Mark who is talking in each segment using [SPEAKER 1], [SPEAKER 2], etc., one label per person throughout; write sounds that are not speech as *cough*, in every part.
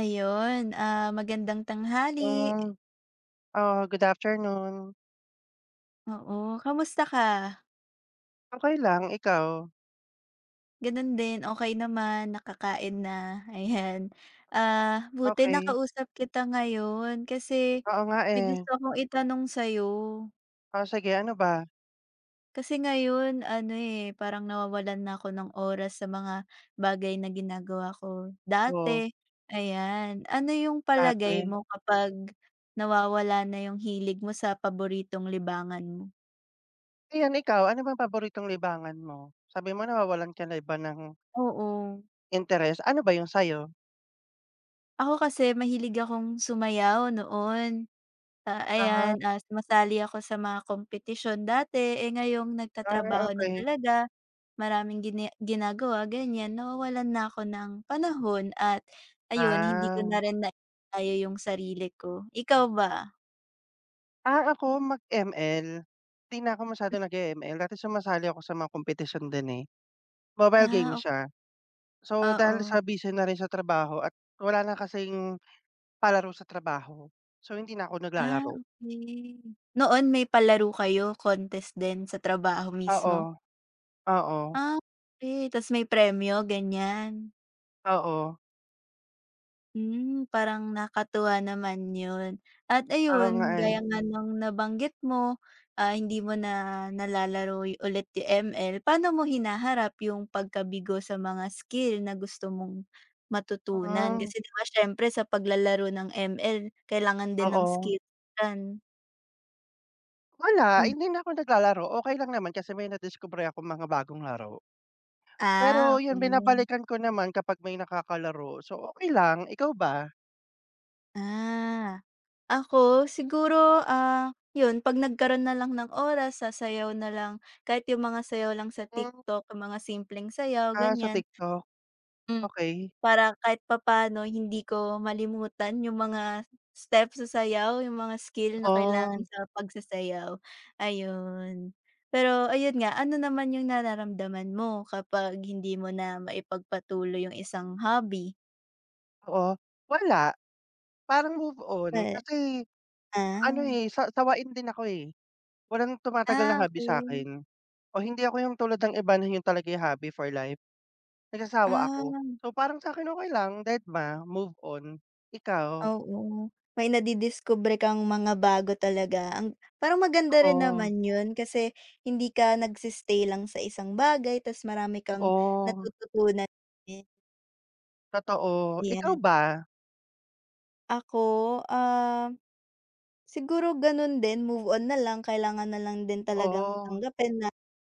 [SPEAKER 1] Ayun, magandang tanghali.
[SPEAKER 2] Hmm, oo, good afternoon.
[SPEAKER 1] Oo, kamusta ka?
[SPEAKER 2] Okey lang, ikaw?
[SPEAKER 1] Ganun din, okey naman, nakakain na, *laughs* ayan. Buti
[SPEAKER 2] Okey.
[SPEAKER 1] nakausap kita ngayon kasi
[SPEAKER 2] Oo nga,
[SPEAKER 1] may
[SPEAKER 2] eh.
[SPEAKER 1] gusto akong itanong sa'yo.
[SPEAKER 2] Oh, sige ano ba?
[SPEAKER 1] Kasi ngayon ano, eh, parang nawawalan na ako ng oras sa mga bagay na ginagawa ko
[SPEAKER 2] Oo,
[SPEAKER 1] dati, ayan. Ano yung palagay
[SPEAKER 2] dati.
[SPEAKER 1] mo kapag nawawala na yung hilig mo sa paboritong libangan mo?
[SPEAKER 2] Ayan, ikaw ano bang paboritong libangan mo? Sabi mo nawawalan ka na ba ng
[SPEAKER 1] Oo.
[SPEAKER 2] interes, ano ba 'yun sa'yo?
[SPEAKER 1] Ako kasi mahilig akong sumayaw noon.
[SPEAKER 2] Ah,
[SPEAKER 1] Ayan, sumasali ako sa mga kompetisyon dati, eh, ngayong
[SPEAKER 2] ah,
[SPEAKER 1] nagtatrabaho na
[SPEAKER 2] okey.
[SPEAKER 1] talaga, maraming ginagawa ganyan, nawawalan na ako ng panahon at ayun hindi ko
[SPEAKER 2] Ah.
[SPEAKER 1] na rin naisaya yung sarili ko. Ikaw ba?
[SPEAKER 2] Ah, ako mag-ML. 'Di na ako masyadong nag-e-ML dati sumasali ako sa mga kompetisyon din, eh, mobile game
[SPEAKER 1] Ah, ok-
[SPEAKER 2] siya. So, dahil
[SPEAKER 1] oo.
[SPEAKER 2] sa busy na rin sa trabaho at wala na kasing palaro sa trabaho. So, hindi na ako
[SPEAKER 1] Ah,
[SPEAKER 2] naglalaro.
[SPEAKER 1] okay. Noon may palaro kayo, contest din sa trabaho
[SPEAKER 2] Oo,
[SPEAKER 1] mismo?
[SPEAKER 2] oo,
[SPEAKER 1] Ah, okay. Tapos may premyo, ganyan?
[SPEAKER 2] oo.
[SPEAKER 1] Hmm, parang nakatuwa naman yun. At
[SPEAKER 2] Oo nga,
[SPEAKER 1] ayun,
[SPEAKER 2] eh.
[SPEAKER 1] gaya nga ng nabanggit mo, ah, hindi mo na nalalaro y ulit yung ML. Paano mo hinaharap yung pagkabigo sa mga skill na gusto mong matutunan?
[SPEAKER 2] Mm,
[SPEAKER 1] Kasi 'di ba sa paglalaro ng ML kailangan din ng
[SPEAKER 2] oo.
[SPEAKER 1] skill yan.
[SPEAKER 2] Wala,
[SPEAKER 1] Hmm,
[SPEAKER 2] hindi na ako naglalaro. Okey lang naman kasi may nadiskubre akong mga bagong laro. Pero
[SPEAKER 1] ah,
[SPEAKER 2] yun,
[SPEAKER 1] okay.
[SPEAKER 2] binabalikan ko naman kapag may nakakalaro. So, okey lang. Ikaw ba?
[SPEAKER 1] Ah, ako siguro, ah, 'yun 'pag nagkaroon na lang ng oras sasayaw na lang, kahit yung mga sayaw lang sa
[SPEAKER 2] Hmm,
[SPEAKER 1] TikTok, yung mga simpleng sayaw
[SPEAKER 2] ah, sa
[SPEAKER 1] ganiyan.
[SPEAKER 2] TikTok,
[SPEAKER 1] Hmm.
[SPEAKER 2] okey.
[SPEAKER 1] Para kahit papaano hindi ko malimutan yung mga steps sa sayaw, yung mga skill na kailangan
[SPEAKER 2] Oo,
[SPEAKER 1] sa pagsasayaw, ayun. Pero ayun nga, ano naman yung nararamdaman mo kapag hindi mo na maipagpatuloy yung isang hobby?
[SPEAKER 2] oo. Wala, parang move on
[SPEAKER 1] We
[SPEAKER 2] kasi ano,
[SPEAKER 1] ah.
[SPEAKER 2] eh, sa sawain din ako, eh. Walang tumatagal
[SPEAKER 1] Ah,
[SPEAKER 2] na
[SPEAKER 1] ah,
[SPEAKER 2] hobby
[SPEAKER 1] okey.
[SPEAKER 2] sa'kin o hindi ako yung tulad ng iba na yun talaga yung hobby for life, nagsasawa ako.
[SPEAKER 1] Ah.
[SPEAKER 2] So, parang sa'kin okey lang, dedma, move on. Ikaw?
[SPEAKER 1] Oo, may nadidiskubre kang mga bago talaga ang parang maganda rin
[SPEAKER 2] Oo,
[SPEAKER 1] naman yun kasi hindi ka lang sa isang bagay tas marami kang
[SPEAKER 2] oo,
[SPEAKER 1] natututunan din,
[SPEAKER 2] totoo. Ikaw
[SPEAKER 1] ayan.
[SPEAKER 2] ba?
[SPEAKER 1] Ako, ah, siguro ganun din move on na lang kailangan na lang din talagang
[SPEAKER 2] Oo,
[SPEAKER 1] tanggapin na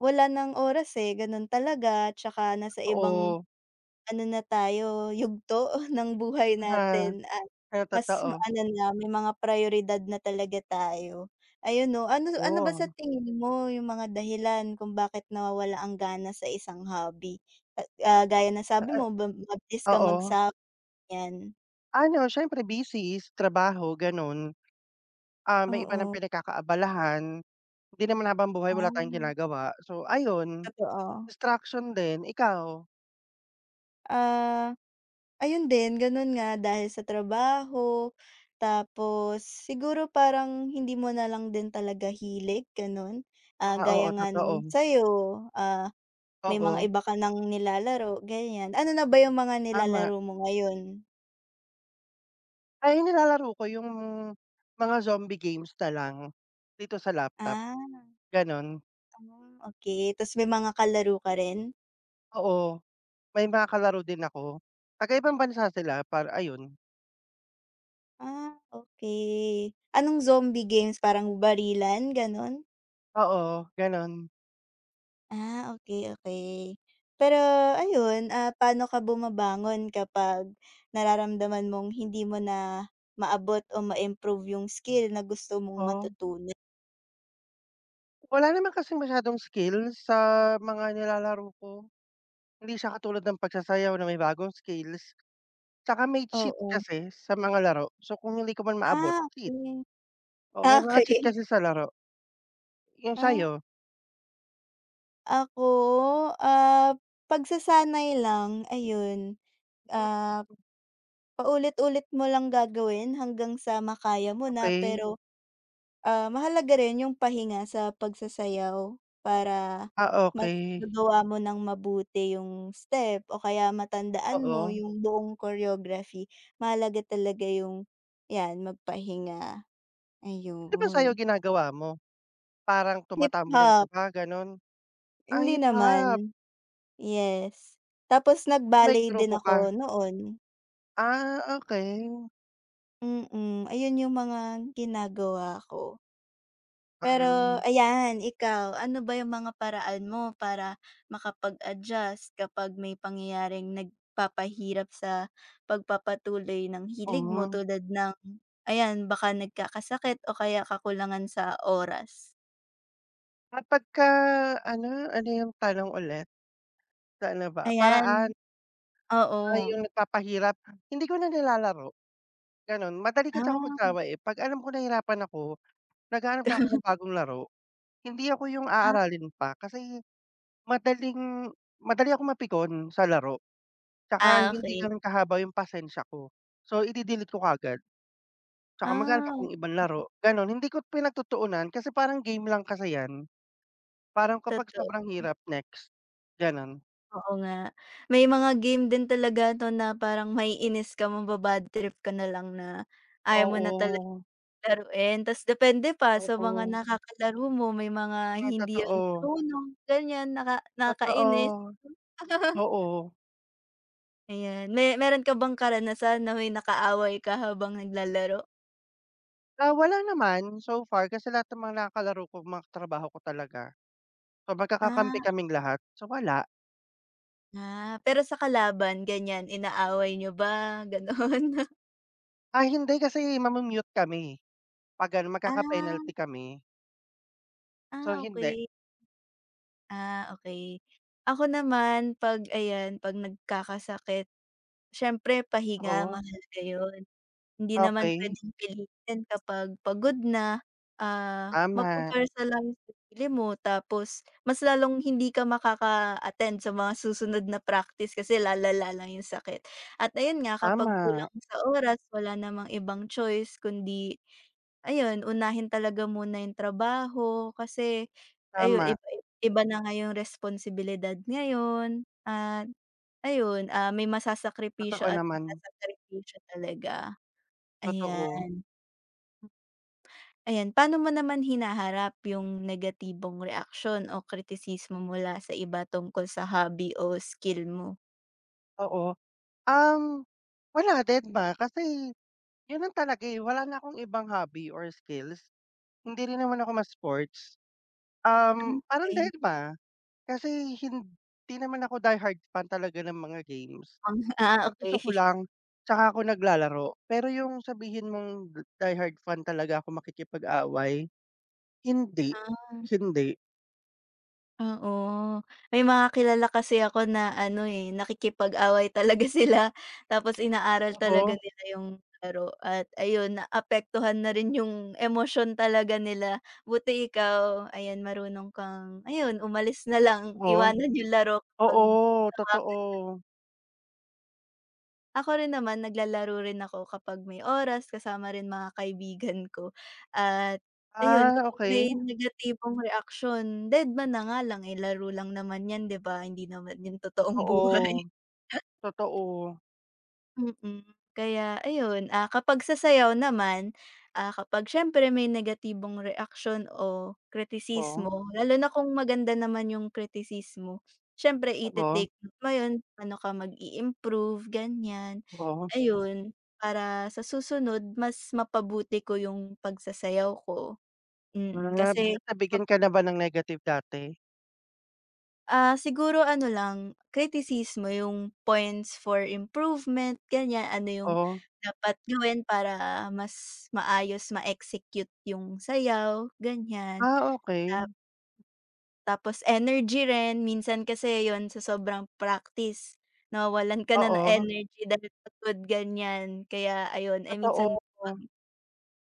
[SPEAKER 1] wala ng oras, eh, ganun talaga tsaka nasa ibang
[SPEAKER 2] oo,
[SPEAKER 1] Ano na tayo, yugto *laughs* ng buhay
[SPEAKER 2] na
[SPEAKER 1] natin at
[SPEAKER 2] na totoo,
[SPEAKER 1] ano na, may mga prioridad na talaga tayo. Ayun 'no, ano ano ba
[SPEAKER 2] oo,
[SPEAKER 1] sa tingin mo yung mga dahilan kung bakit nawawala ang gana sa isang hobby? At, ah, gaya ng sabi
[SPEAKER 2] ta
[SPEAKER 1] mo ba mabilis
[SPEAKER 2] ah,
[SPEAKER 1] kang
[SPEAKER 2] oo.
[SPEAKER 1] magsawa, yan.
[SPEAKER 2] Ano, siyempre busy sa trabaho gano'n, ah, may iba ng
[SPEAKER 1] Oo,
[SPEAKER 2] pinagkakaabalahan, hindi naman habang buhay wala tayong
[SPEAKER 1] ah,
[SPEAKER 2] ginagawa. So ayun,
[SPEAKER 1] totoo.
[SPEAKER 2] distraction din. Ikaw?
[SPEAKER 1] Ah Ayun din, gano'n nga dahil sa trabaho, tapos siguro parang hindi mo na lang din talaga hilig gano'n. Ah,
[SPEAKER 2] Ah,
[SPEAKER 1] gaya
[SPEAKER 2] oo
[SPEAKER 1] nga
[SPEAKER 2] totoo.
[SPEAKER 1] nung sa'yo, ah, may mga
[SPEAKER 2] Oo,
[SPEAKER 1] iba ka ng nilalaro ganyan. Ano na ba yung mga
[SPEAKER 2] tama.
[SPEAKER 1] nilalaro mo ngayon?
[SPEAKER 2] Ay nilalaro ko yung mga zombie games na lang, dito sa laptop,
[SPEAKER 1] Ah,
[SPEAKER 2] gano'n.
[SPEAKER 1] hmm, okey ta's may mga kalaro ka rin?
[SPEAKER 2] Oo, may mga kalaro din ako, taga-ibang bansa sila para ayun,
[SPEAKER 1] Ah, okay. Anong zombie games parang barilan gano'n?
[SPEAKER 2] oo, gano'n.
[SPEAKER 1] Ah, okay. okay. Pero ayun, ah, paano ka bumabangon kapag nararamdaman mong hindi mo na maabot o ma-improve yung skill na gusto mong
[SPEAKER 2] Oh,
[SPEAKER 1] matutunan?
[SPEAKER 2] wala naman kasing masyadong skill sa mga nilalaro ko. Hindi siya katulad ng pagsasayaw na may bagong skills, 'tsaka may cheat
[SPEAKER 1] Oo.
[SPEAKER 2] kasi sa mga laro. So, kung hindi ko man maabot,
[SPEAKER 1] Ah,
[SPEAKER 2] cheat.
[SPEAKER 1] okay.
[SPEAKER 2] Oo, may
[SPEAKER 1] Ah,
[SPEAKER 2] mga cheat
[SPEAKER 1] okay. *laughs*
[SPEAKER 2] kasi sa laro. Yung
[SPEAKER 1] Ah,
[SPEAKER 2] sa'yo?
[SPEAKER 1] ako, ah, pagsasanay lang, ayun.
[SPEAKER 2] Hmm,
[SPEAKER 1] Ah, paulit-ulit mo lang gagawin hanggang sa makaya mo na
[SPEAKER 2] okey.
[SPEAKER 1] pero Ah, mahalaga rin yung pahinga sa pagsasayaw para
[SPEAKER 2] Ah,
[SPEAKER 1] mas
[SPEAKER 2] okey,
[SPEAKER 1] nagawa mo ng mabuti yung step o kaya matandaan mo
[SPEAKER 2] oo.
[SPEAKER 1] yung buong choreography. Mahalaga talaga yung 'yan, magpahinga,
[SPEAKER 2] Ano ba sa'yo
[SPEAKER 1] ayun.
[SPEAKER 2] ginagawa mo? Parang tumatumbling ka
[SPEAKER 1] Hip-hop,
[SPEAKER 2] ba gano'n? Ah,
[SPEAKER 1] hindi
[SPEAKER 2] hip
[SPEAKER 1] naman,
[SPEAKER 2] hop,
[SPEAKER 1] yes. Tapos
[SPEAKER 2] so may
[SPEAKER 1] nag-ballet
[SPEAKER 2] grupo
[SPEAKER 1] din ako
[SPEAKER 2] ka?
[SPEAKER 1] noon,
[SPEAKER 2] Ah, okey.
[SPEAKER 1] mm. Ayun yung mga ginagawa ko. Pero
[SPEAKER 2] Hmm,
[SPEAKER 1] ayan, ikaw, ano ba yung mga paraan mo para makapag-adjust kapag may pangyayaring nagpapahirap sa pagpapatuloy ng hilig mo
[SPEAKER 2] hmm.
[SPEAKER 1] tulad ng, ayan, baka nagkakasakit o kaya kakulangan sa oras?
[SPEAKER 2] Kapagka ano, ano yung tanong ulit? Na ano ba,
[SPEAKER 1] Ayan,
[SPEAKER 2] paraan, ah,
[SPEAKER 1] oo.
[SPEAKER 2] yung nagpapahirap, hindi ko na nilalaro, gano'n. Madali kasi ako
[SPEAKER 1] Ah,
[SPEAKER 2] magsawa, eh, 'pag alam ko nahirapan ako, naghahanap na ako
[SPEAKER 1] *laughs*
[SPEAKER 2] ng bagong laro. Hindi ako yung aaralin pa kasi madaling madali akong mapikon sa laro. Tsaka
[SPEAKER 1] ah,
[SPEAKER 2] hindi
[SPEAKER 1] okay.
[SPEAKER 2] gano'n kahaba yung pasensya ko. So, ide-delete ko kaagad, tsaka maghanap
[SPEAKER 1] Ah,
[SPEAKER 2] akong ibang laro, gano'n. Hindi ko pinagtutuunan kasi parang game lang kasi 'yan. Parang kapag
[SPEAKER 1] totoo.
[SPEAKER 2] sobrang hirap, next, gano'n.
[SPEAKER 1] Oo nga. May mga game din talaga to na parang maiinis ka, maba trip ka na lang na ayaw mo na tala
[SPEAKER 2] Oo,
[SPEAKER 1] laruin tas depende pa sa mga
[SPEAKER 2] oo,
[SPEAKER 1] nakakalaro mo may mga
[SPEAKER 2] nga
[SPEAKER 1] hindi 'yan
[SPEAKER 2] totoo,
[SPEAKER 1] marunong, ganyan nakakainis.
[SPEAKER 2] totoo,
[SPEAKER 1] *laughs*
[SPEAKER 2] oo.
[SPEAKER 1] Ayan, meron ka bang karanasan na may nakaaway ka habang naglalaro?
[SPEAKER 2] Ah, wala naman so far kasi lahat ng mga nakakalaro ko mga katrabaho ko talaga. So, magkakakampi
[SPEAKER 1] Ah,
[SPEAKER 2] kaming lahat, so wala.
[SPEAKER 1] ah, pero sa kalaban ganyan inaaway niyo ba *laughs* gano'n?
[SPEAKER 2] Ah, hindi kasi mamu-mute kami 'pag ano, magkaka-penalty
[SPEAKER 1] Ah,
[SPEAKER 2] kami. So,
[SPEAKER 1] ah,
[SPEAKER 2] hindi.
[SPEAKER 1] okey. Ah, okey. Ako naman 'pag ayan, 'pag nagkakasakit siyempre pahinga
[SPEAKER 2] Oo,
[SPEAKER 1] mahalaga 'yun. Hindi naman
[SPEAKER 2] okey.
[SPEAKER 1] puwedeng pilitin kapag pagod na, ah,
[SPEAKER 2] Tama,
[SPEAKER 1] mapaparsa lang yung sarili mo tapos mas lalong hindi ka makaka-attend sa mga susunod na practice kasi lalala lang yung sakit. At ayun nga kapag
[SPEAKER 2] tama,
[SPEAKER 1] kulang sa oras wala namang ibang choice kundi ayun, unahin talaga muna yung trabaho kasi ayun
[SPEAKER 2] tama.
[SPEAKER 1] iba iba na nga yung responsibilidad ngayon at ayun, ah, may masasakripisyo
[SPEAKER 2] Totoo
[SPEAKER 1] at
[SPEAKER 2] naman,
[SPEAKER 1] masasakripisyo talaga.
[SPEAKER 2] totoo,
[SPEAKER 1] Ayan, ayan. Paano mo naman hinaharap yung negatibong reaksyon o kritisismo mula sa iba tungkol sa hobby o skill mo?
[SPEAKER 2] oo. Um, Wala din ba kasi yun lang talaga, eh, wala na akong ibang hobby or skills. Hindi rin naman ako ma-sports.
[SPEAKER 1] Hmm,
[SPEAKER 2] Parang
[SPEAKER 1] okey.
[SPEAKER 2] dahil ba, kasi hindi naman ako die-hard fan talaga ng mga games.
[SPEAKER 1] *laughs* Ang ah,
[SPEAKER 2] 'Pag gusto
[SPEAKER 1] okey.
[SPEAKER 2] ko lang, tsaka ako naglalaro. Pero yung sabihin mong die-hard fan talaga ako makikipag-away, hindi,
[SPEAKER 1] Ah.
[SPEAKER 2] hindi.
[SPEAKER 1] Oo, may mga kilala kasi ako na ano, eh, nakikipag-away *laughs* talaga sila tapos inaaral talaga
[SPEAKER 2] Oo,
[SPEAKER 1] nila yung laro at ayun, naapektuhan na rin yung emosyon talaga nila. Buti ikaw, ayan marunong kang ayun, umalis na lang,
[SPEAKER 2] oo,
[SPEAKER 1] iwanan yung laro kapag
[SPEAKER 2] oo,
[SPEAKER 1] sama
[SPEAKER 2] totoo.
[SPEAKER 1] Ako rin naman naglalaro rin ako kapag may oras kasama rin mga kaibigan ko at ayun
[SPEAKER 2] Ah,
[SPEAKER 1] kapag may
[SPEAKER 2] okey.
[SPEAKER 1] negatibong reaksyon, dedma na nga lang, eh, laro lang naman 'yan 'di ba, hindi naman 'yan totoong *laughs* buhay.
[SPEAKER 2] Totoo, totoo.
[SPEAKER 1] Mm, kaya ayun, ah, kapag sa sayaw naman, ah, kapag siyempre may negatibong reaksyon o
[SPEAKER 2] Oo,
[SPEAKER 1] kritisismo, lalo na kung maganda naman yung kritisismo, siyempre
[SPEAKER 2] oo,
[SPEAKER 1] ite-take note mo yun, paano ka mag-i-improve, ganyan.
[SPEAKER 2] oo.
[SPEAKER 1] Ayun, para sa susunod mas mapabuti ko yung pagsasayaw ko, mm.
[SPEAKER 2] Ah,
[SPEAKER 1] Kasi
[SPEAKER 2] bakit nabigyan ka na ba ng negative dati?
[SPEAKER 1] Ah, siguro ano lang, kritisismo, yung points for improvement, ganyan. Ano yung
[SPEAKER 2] Oo.
[SPEAKER 1] dapat gawin para mas maayos ma-execute yung sayaw, ganyan.
[SPEAKER 2] Ah,
[SPEAKER 1] Ta
[SPEAKER 2] okey.
[SPEAKER 1] tapos energy rin, minsan kasi yon sa sobrang practice, nawawalan ka na ng
[SPEAKER 2] Oo,
[SPEAKER 1] energy dahil pagod, ganyan. Kaya ayun, eh, minsan
[SPEAKER 2] totoo.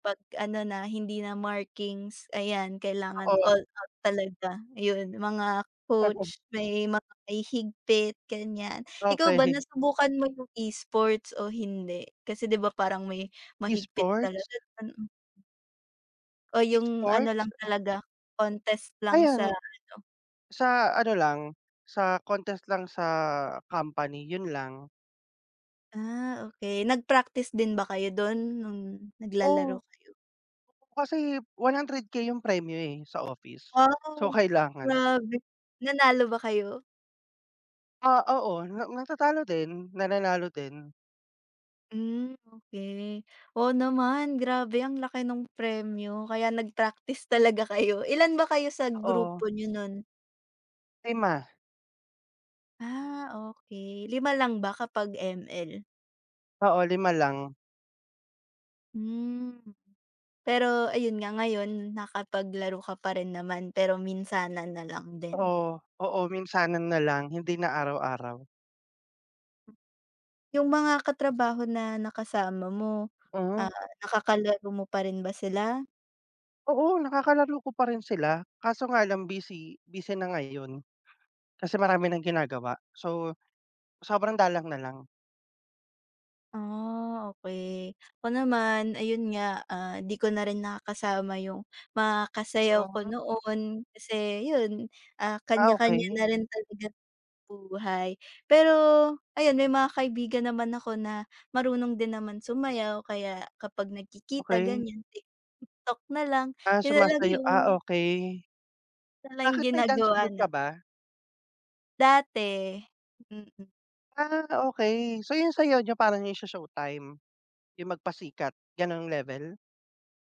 [SPEAKER 1] 'pag ano na, hindi na markings, ayan kailangan all
[SPEAKER 2] Oo.
[SPEAKER 1] out talaga, yun mga coach, may may higpit ganyan. Ikaw ba
[SPEAKER 2] Okey.
[SPEAKER 1] nasubukan mo yung e-sports o hindi? Kasi 'di ba parang may mahigpit
[SPEAKER 2] E-sports?
[SPEAKER 1] talaga mm, o yung ano
[SPEAKER 2] E-sports?
[SPEAKER 1] lang talaga, contest lang
[SPEAKER 2] Ayan,
[SPEAKER 1] sa
[SPEAKER 2] sa ano lang, sa contest lang sa company, yun lang.
[SPEAKER 1] ah, okey. Nag-practice din ba kayo dun nung naglalaro
[SPEAKER 2] Oo,
[SPEAKER 1] kayo?
[SPEAKER 2] kasi 100K yung premyo, eh, sa office. So,
[SPEAKER 1] Wow,
[SPEAKER 2] kailangan
[SPEAKER 1] grabe. Nanalo ba kayo?
[SPEAKER 2] ah, oo, na natatalo din, nananalo din.
[SPEAKER 1] Hmm, okey. Oo naman, grabe ang laki nung premyo kaya nag-practice talaga kayo. Ilan ba kayo sa
[SPEAKER 2] Oo,
[SPEAKER 1] grupo niyo nun?
[SPEAKER 2] lima.
[SPEAKER 1] Ah, okey. Lima lang ba kapag ML?
[SPEAKER 2] Oo, 5 lang.
[SPEAKER 1] Hmm, pero ayun nga ngayon nakapaglaro ka pa rin naman pero minsanan na lang din.
[SPEAKER 2] Oo, oo, minsanan na lang, hindi na araw-araw.
[SPEAKER 1] Yung mga katrabaho na nakasama mo,
[SPEAKER 2] Hmm,
[SPEAKER 1] ah, nakakalaro mo pa rin ba sila?
[SPEAKER 2] oo, nakakalaro ko pa rin sila, kaso nga lang busy busy na ngayon kasi marami ng ginagawa. So, sobrang dalang na lang.
[SPEAKER 1] Ah, okay. Ako naman, ayun nga, ah, 'di ko na rin nakakasama yung mga kasayaw ko
[SPEAKER 2] Mhm.
[SPEAKER 1] noon kasi yun, ah,
[SPEAKER 2] Ah,
[SPEAKER 1] kanya-kanya
[SPEAKER 2] okey,
[SPEAKER 1] na rin talaga ang buhay. Pero ayun, may mga kaibigan naman ako na marunong din naman sumayaw kaya kapag nagkikita
[SPEAKER 2] okey.
[SPEAKER 1] ganyan, TikTok na lang.
[SPEAKER 2] Ah,
[SPEAKER 1] Yun na lang
[SPEAKER 2] sumasayaw ah,
[SPEAKER 1] yung
[SPEAKER 2] okey.
[SPEAKER 1] yun na lang yung
[SPEAKER 2] Bakit, may dance
[SPEAKER 1] ginagawa
[SPEAKER 2] group
[SPEAKER 1] na
[SPEAKER 2] ka ba?
[SPEAKER 1] dati. Mm.
[SPEAKER 2] Ah, okey. So, yung sayaw niyo parang yung sa Showtime, yung magpasikat, gano'ng level?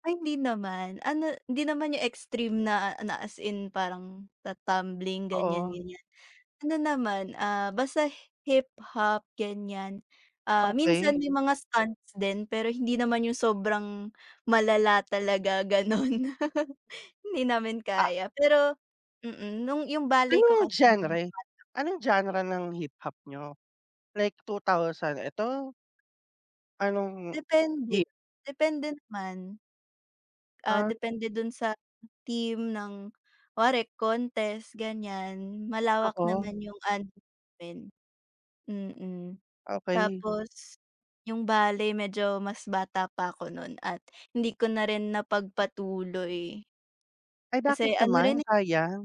[SPEAKER 1] Ay hindi naman. Ano, hindi naman yung extreme na na as in parang tatumbling ganyan,
[SPEAKER 2] Oo,
[SPEAKER 1] ganyan. Ano naman, ah, basta hip-hop ganyan. Ah,
[SPEAKER 2] okey.
[SPEAKER 1] minsan may mga stunts din pero hindi naman yung sobrang malala talaga gano'n. *laughs* Hindi namin kaya pero mm, nung yung ballet ko
[SPEAKER 2] Anong
[SPEAKER 1] kasi
[SPEAKER 2] genre anong genre ng hip-hop niyo? Like 2000 ito, anong
[SPEAKER 1] depende,
[SPEAKER 2] year?
[SPEAKER 1] depende naman. Ah,
[SPEAKER 2] Ah,
[SPEAKER 1] depende dun sa team ng kunwari contest, ganyan. Malawak
[SPEAKER 2] oo,
[SPEAKER 1] naman yung ano namin, mm.
[SPEAKER 2] okey.
[SPEAKER 1] Tapos yung ballet medyo mas bata pa ako nun at hindi ko na rin napagpatuloy.
[SPEAKER 2] Ay
[SPEAKER 1] Kasi
[SPEAKER 2] bakit
[SPEAKER 1] ano
[SPEAKER 2] naman,
[SPEAKER 1] rin, eh,
[SPEAKER 2] sayang?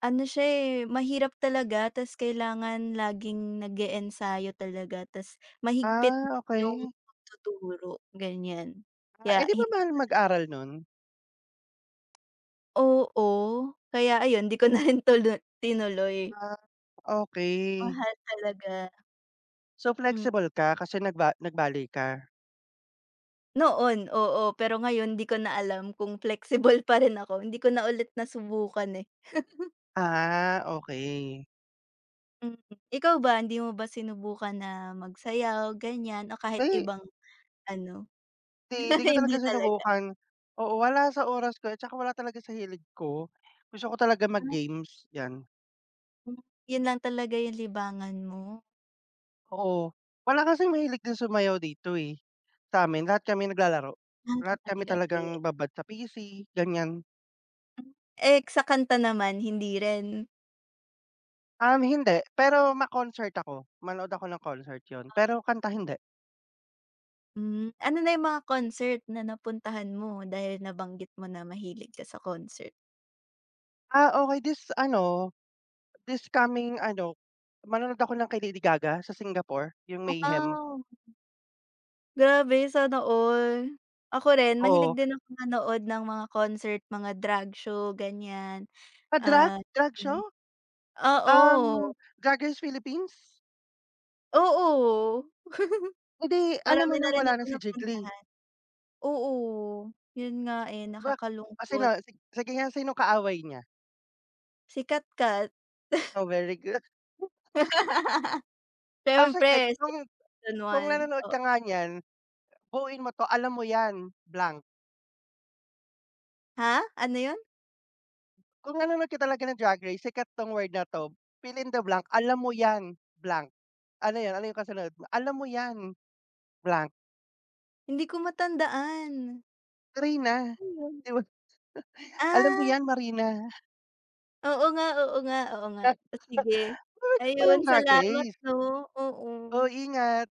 [SPEAKER 1] ano siya, eh, mahirap talaga ta's kailangan laging nag e talaga ta's mahigpit
[SPEAKER 2] Ah,
[SPEAKER 1] din yung
[SPEAKER 2] okey.
[SPEAKER 1] pagtuturo, ganyan.
[SPEAKER 2] Ah, eh,
[SPEAKER 1] Kaya
[SPEAKER 2] 'di ba
[SPEAKER 1] hin
[SPEAKER 2] mahal mag-aral nun?
[SPEAKER 1] Oo, kaya ayun di ko na rin tinuloy.
[SPEAKER 2] Ah, okey.
[SPEAKER 1] Mahal talaga,
[SPEAKER 2] So
[SPEAKER 1] hmm.
[SPEAKER 2] flexible ka kasi nag-ballet ka?
[SPEAKER 1] Noon, oo, pero ngayon di ko na alam kung flexible pa rin ako, hindi ko na ulit nasubukan, eh.
[SPEAKER 2] Ah, okey.
[SPEAKER 1] Mm. Ikaw ba, hindi mo ba sinubukan na magsayaw, ganyan o kahit
[SPEAKER 2] 'Di
[SPEAKER 1] ibang ano?
[SPEAKER 2] 'di
[SPEAKER 1] *laughs*
[SPEAKER 2] ko talaga
[SPEAKER 1] Hindi talaga.
[SPEAKER 2] sinubukan. Oo, wala sa oras ko at saka wala talaga sa hilig ko. Gusto ko talaga
[SPEAKER 1] Ah,
[SPEAKER 2] mag-games, 'yan.
[SPEAKER 1] hmm, yun lang talaga yung libangan mo?
[SPEAKER 2] Oo, wala kasing mahilig din sumayaw dito, eh, sa'min lahat kami naglalaro.
[SPEAKER 1] Ah,
[SPEAKER 2] Lahat kami
[SPEAKER 1] okey,
[SPEAKER 2] talagang
[SPEAKER 1] okey.
[SPEAKER 2] babad sa PC, ganyan.
[SPEAKER 1] Hmm, eh, sa kanta naman, hindi rin?
[SPEAKER 2] Hindi, pero ma-concert ako, manood ako ng concert 'yun, pero kanta hindi.
[SPEAKER 1] Hmm, ano na yung mga concert na napuntahan mo dahil nabanggit mo na mahilig ka sa concert?
[SPEAKER 2] Ah, okey this coming ano, manonood ako ng kay Lady Gaga sa Singapore, yung Mayhem.
[SPEAKER 1] Wow! Grabe, sana all. Ako rin mahilig
[SPEAKER 2] Oo,
[SPEAKER 1] din ako manood ng mga concert, mga drag show ganyan,
[SPEAKER 2] ah, drag
[SPEAKER 1] at
[SPEAKER 2] drag show?
[SPEAKER 1] yan oo,
[SPEAKER 2] Um, Drag Race Philippines?
[SPEAKER 1] oo,
[SPEAKER 2] Eh, di alam mo
[SPEAKER 1] marami
[SPEAKER 2] nang
[SPEAKER 1] na rin
[SPEAKER 2] wala na
[SPEAKER 1] akong
[SPEAKER 2] si Jiggly,
[SPEAKER 1] napuntahan. Oo, yun nga, eh,
[SPEAKER 2] ba? Kasi
[SPEAKER 1] nakakalungkot.
[SPEAKER 2] na si sige nga, sinong kaaway niya?
[SPEAKER 1] Si kat. Kat.
[SPEAKER 2] Oh, very good.
[SPEAKER 1] *laughs*
[SPEAKER 2] Ah, sige
[SPEAKER 1] Siyempre si Season
[SPEAKER 2] kung
[SPEAKER 1] 1,
[SPEAKER 2] nanonood
[SPEAKER 1] o
[SPEAKER 2] ka nga niyan, buuin mo 'to, alam mo yan, blank.
[SPEAKER 1] ha? Ano yun?
[SPEAKER 2] Kung nanonood ka talaga ng Drag Race, sikat 'tong word na 'to, fill in the blank, alam mo yan, blank. Ano yun, ano yung kasunod? Alam mo yan, blank,
[SPEAKER 1] Hindi ko matandaan.
[SPEAKER 2] Marina,
[SPEAKER 1] Ano yun?
[SPEAKER 2] 'di ba? Alam mo
[SPEAKER 1] Ah,
[SPEAKER 2] yan, Marina.
[SPEAKER 1] oo nga.
[SPEAKER 2] *laughs*
[SPEAKER 1] Sige,
[SPEAKER 2] Nanonood ka pa
[SPEAKER 1] ayun
[SPEAKER 2] ng Drag
[SPEAKER 1] salamat
[SPEAKER 2] Race.
[SPEAKER 1] 'no, oo.
[SPEAKER 2] Oh, ingat.